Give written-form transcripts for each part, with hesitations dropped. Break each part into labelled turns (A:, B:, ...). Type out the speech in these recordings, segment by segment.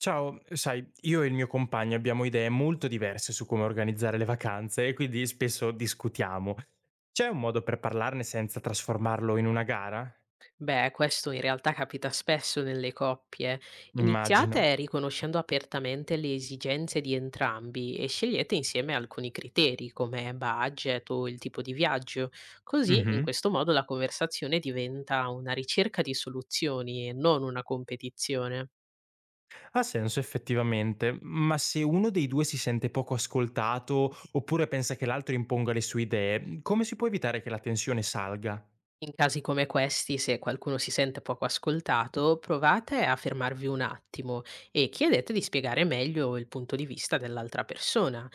A: Ciao, sai, io e il mio compagno abbiamo idee molto diverse su come organizzare le vacanze e quindi spesso discutiamo. C'è un modo per parlarne senza trasformarlo in una gara?
B: Beh, questo in realtà capita spesso nelle coppie.
A: Immagino.
B: Iniziate riconoscendo apertamente le esigenze di entrambi e scegliete insieme alcuni criteri come budget o il tipo di viaggio. Così, in
A: Mhm.
B: questo modo, la conversazione diventa una ricerca di soluzioni e non una competizione.
A: Ha senso effettivamente, ma se uno dei due si sente poco ascoltato oppure pensa che l'altro imponga le sue idee, come si può evitare che la tensione salga?
B: In casi come questi, se qualcuno si sente poco ascoltato, provate a fermarvi un attimo e chiedete di spiegare meglio il punto di vista dell'altra persona.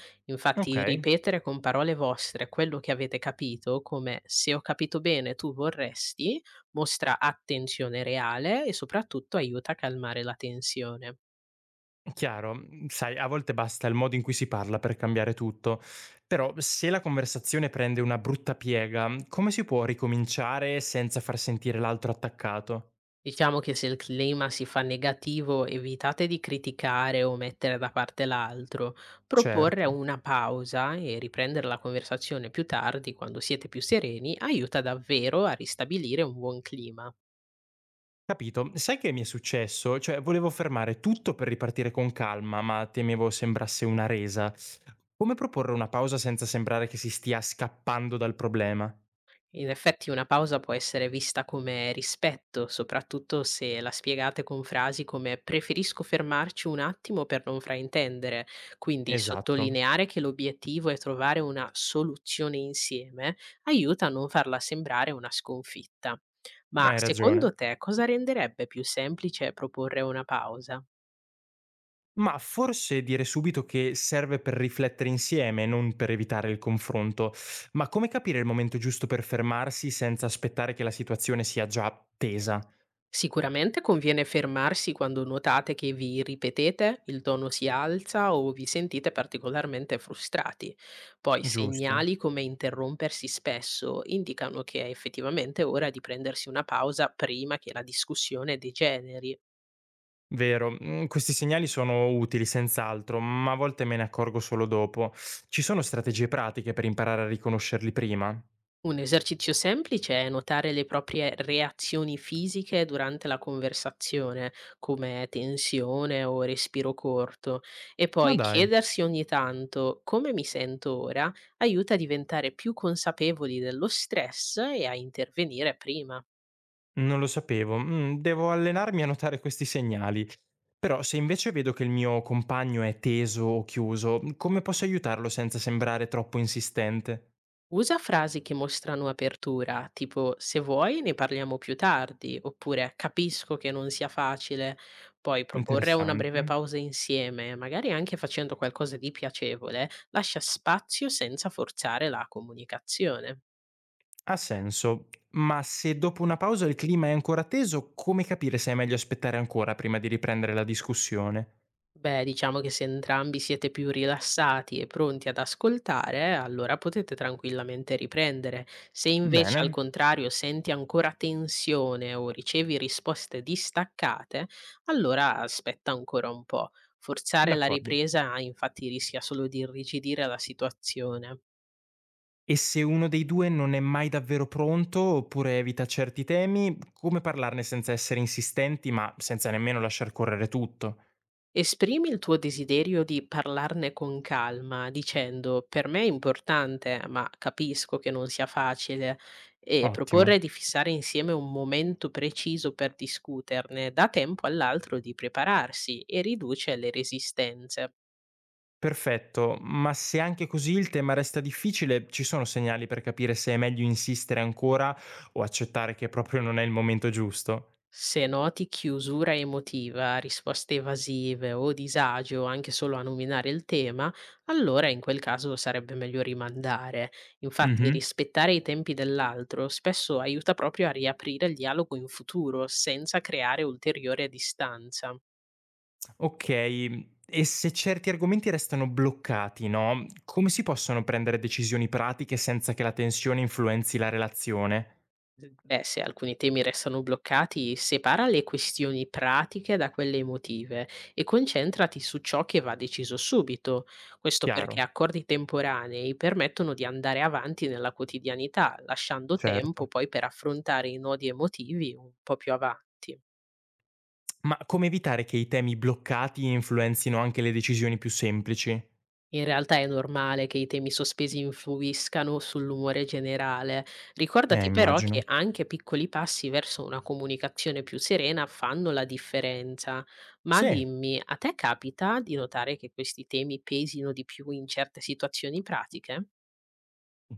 A: Ok.
B: Infatti, ripetere con parole vostre quello che avete capito, come se ho capito bene tu vorresti, mostra attenzione reale e soprattutto aiuta a calmare la tensione.
A: Chiaro, sai, a volte basta il modo in cui si parla per cambiare tutto, però se la conversazione prende una brutta piega, come si può ricominciare senza far sentire l'altro attaccato?
B: Diciamo che se il clima si fa negativo, evitate di criticare o mettere da parte l'altro, proporre
A: Certo.
B: una pausa e riprendere la conversazione più tardi, quando siete più sereni, aiuta davvero a ristabilire un buon clima.
A: Capito. Sai che mi è successo? Cioè volevo fermare tutto per ripartire con calma, ma temevo sembrasse una resa. Come proporre una pausa senza sembrare che si stia scappando dal problema?
B: In effetti una pausa può essere vista come rispetto, soprattutto se la spiegate con frasi come preferisco fermarci un attimo per non fraintendere, quindi
A: Esatto,
B: sottolineare che l'obiettivo è trovare una soluzione insieme aiuta a non farla sembrare una sconfitta. Ma
A: hai ragione.
B: secondo te cosa renderebbe più semplice proporre una pausa?
A: Ma forse dire subito che serve per riflettere insieme, non per evitare il confronto. Ma come capire il momento giusto per fermarsi senza aspettare che la situazione sia già tesa?
B: Sicuramente conviene fermarsi quando notate che vi ripetete, il tono si alza o vi sentite particolarmente frustrati. Poi
A: Giusto.
B: segnali come interrompersi spesso indicano che è effettivamente ora di prendersi una pausa prima che la discussione degeneri.
A: Vero, questi segnali sono utili senz'altro, ma a volte me ne accorgo solo dopo. Ci sono strategie pratiche per imparare a riconoscerli prima?
B: Un esercizio semplice è notare le proprie reazioni fisiche durante la conversazione, come tensione o respiro corto, e
A: Ma
B: poi
A: dai,
B: chiedersi ogni tanto come mi sento ora aiuta a diventare più consapevoli dello stress e a intervenire prima.
A: non lo sapevo. Devo allenarmi a notare questi segnali. Però se invece vedo che il mio compagno è teso o chiuso, come posso aiutarlo senza sembrare troppo insistente?
B: Usa frasi che mostrano apertura, tipo se vuoi ne parliamo più tardi, oppure capisco che non sia facile, poi proporre una
A: Interessante.
B: breve pausa insieme, magari anche facendo qualcosa di piacevole, lascia spazio senza forzare la comunicazione.
A: Ha senso. Ma se dopo una pausa il clima è ancora teso, come capire se è meglio aspettare ancora prima di riprendere la discussione?
B: Beh, diciamo che se entrambi siete più rilassati e pronti ad ascoltare, allora potete tranquillamente riprendere. Se invece al
A: Bene,
B: contrario senti ancora tensione o ricevi risposte distaccate, allora aspetta ancora un po'. Forzare la
A: d'accordo.
B: ripresa infatti rischia solo di irrigidire la situazione.
A: E se uno dei due non è mai davvero pronto oppure evita certi temi, come parlarne senza essere insistenti ma senza nemmeno lasciar correre tutto?
B: Esprimi il tuo desiderio di parlarne con calma, dicendo: "Per me è importante, ma capisco che non sia facile", e proporre
A: Ottimo.
B: di fissare insieme un momento preciso per discuterne dà tempo all'altro di prepararsi e riduce le resistenze.
A: Perfetto, ma se anche così il tema resta difficile, ci sono segnali per capire se è meglio insistere ancora o accettare che proprio non è il momento giusto?
B: Se noti chiusura emotiva, risposte evasive o disagio anche solo a nominare il tema, allora in quel caso sarebbe meglio rimandare. Infatti
A: Mhm.
B: rispettare i tempi dell'altro spesso aiuta proprio a riaprire il dialogo in futuro senza creare ulteriore distanza.
A: Ok, e se certi argomenti restano bloccati, no? Come si possono prendere decisioni pratiche senza che la tensione influenzi la relazione?
B: Beh, se alcuni temi restano bloccati, separa le questioni pratiche da quelle emotive e concentrati su ciò che va deciso subito. Questo perché
A: Chiaro,
B: accordi temporanei permettono di andare avanti nella quotidianità, lasciando tempo
A: certo.
B: poi per affrontare i nodi emotivi un po' più avanti.
A: Ma come evitare che i temi bloccati influenzino anche le decisioni più semplici?
B: In realtà è normale che i temi sospesi influiscano sull'umore generale. Ricordati però
A: Immagino.
B: che anche piccoli passi verso una comunicazione più serena fanno la differenza. Ma
A: Sì.
B: dimmi, a te capita di notare che questi temi pesino di più in certe situazioni pratiche?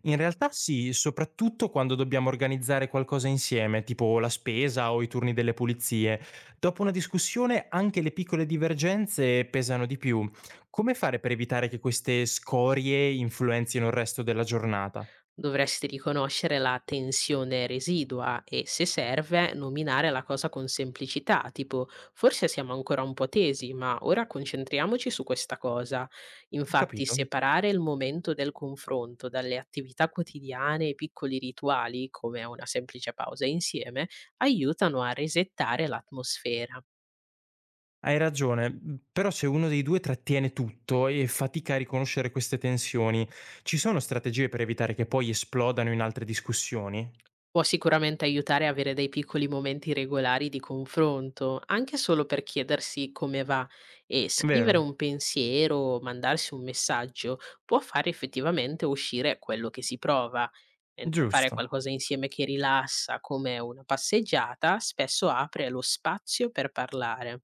A: In realtà sì, soprattutto quando dobbiamo organizzare qualcosa insieme, tipo la spesa o i turni delle pulizie. Dopo una discussione anche le piccole divergenze pesano di più. Come fare per evitare che queste scorie influenzino il resto della giornata?
B: Dovresti riconoscere la tensione residua e, se serve, nominare la cosa con semplicità, tipo forse siamo ancora un po' tesi, ma ora concentriamoci su questa cosa. Infatti,
A: Capito?
B: separare il momento del confronto dalle attività quotidiane e piccoli rituali, come una semplice pausa insieme, aiutano a resettare l'atmosfera.
A: Hai ragione, però se uno dei due trattiene tutto e fatica a riconoscere queste tensioni, ci sono strategie per evitare che poi esplodano in altre discussioni?
B: Può sicuramente aiutare a avere dei piccoli momenti regolari di confronto, anche solo per chiedersi come va e scrivere
A: Vero?
B: un pensiero o mandarsi un messaggio può fare effettivamente uscire quello che si prova, mentre fare
A: Giusto.
B: qualcosa insieme che rilassa, come una passeggiata, spesso apre lo spazio per parlare.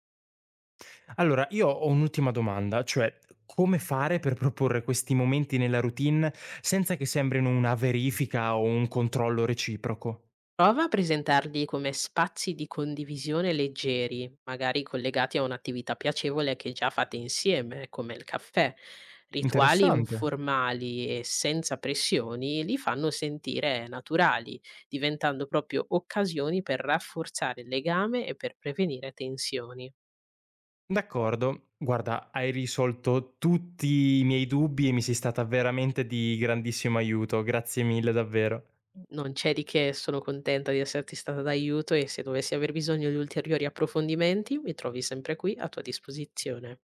A: Allora, io ho un'ultima domanda, cioè come fare per proporre questi momenti nella routine senza che sembrino una verifica o un controllo reciproco?
B: Prova a presentarli come spazi di condivisione leggeri, magari collegati a un'attività piacevole che già fate insieme, come il caffè. Rituali
A: Interessante.
B: informali e senza pressioni li fanno sentire naturali, diventando proprio occasioni per rafforzare il legame e per prevenire tensioni.
A: D'accordo, guarda, hai risolto tutti i miei dubbi e mi sei stata veramente di grandissimo aiuto, grazie mille davvero.
B: Non c'è di che, sono contenta di esserti stata d'aiuto e se dovessi aver bisogno di ulteriori approfondimenti, mi trovi sempre qui a tua disposizione.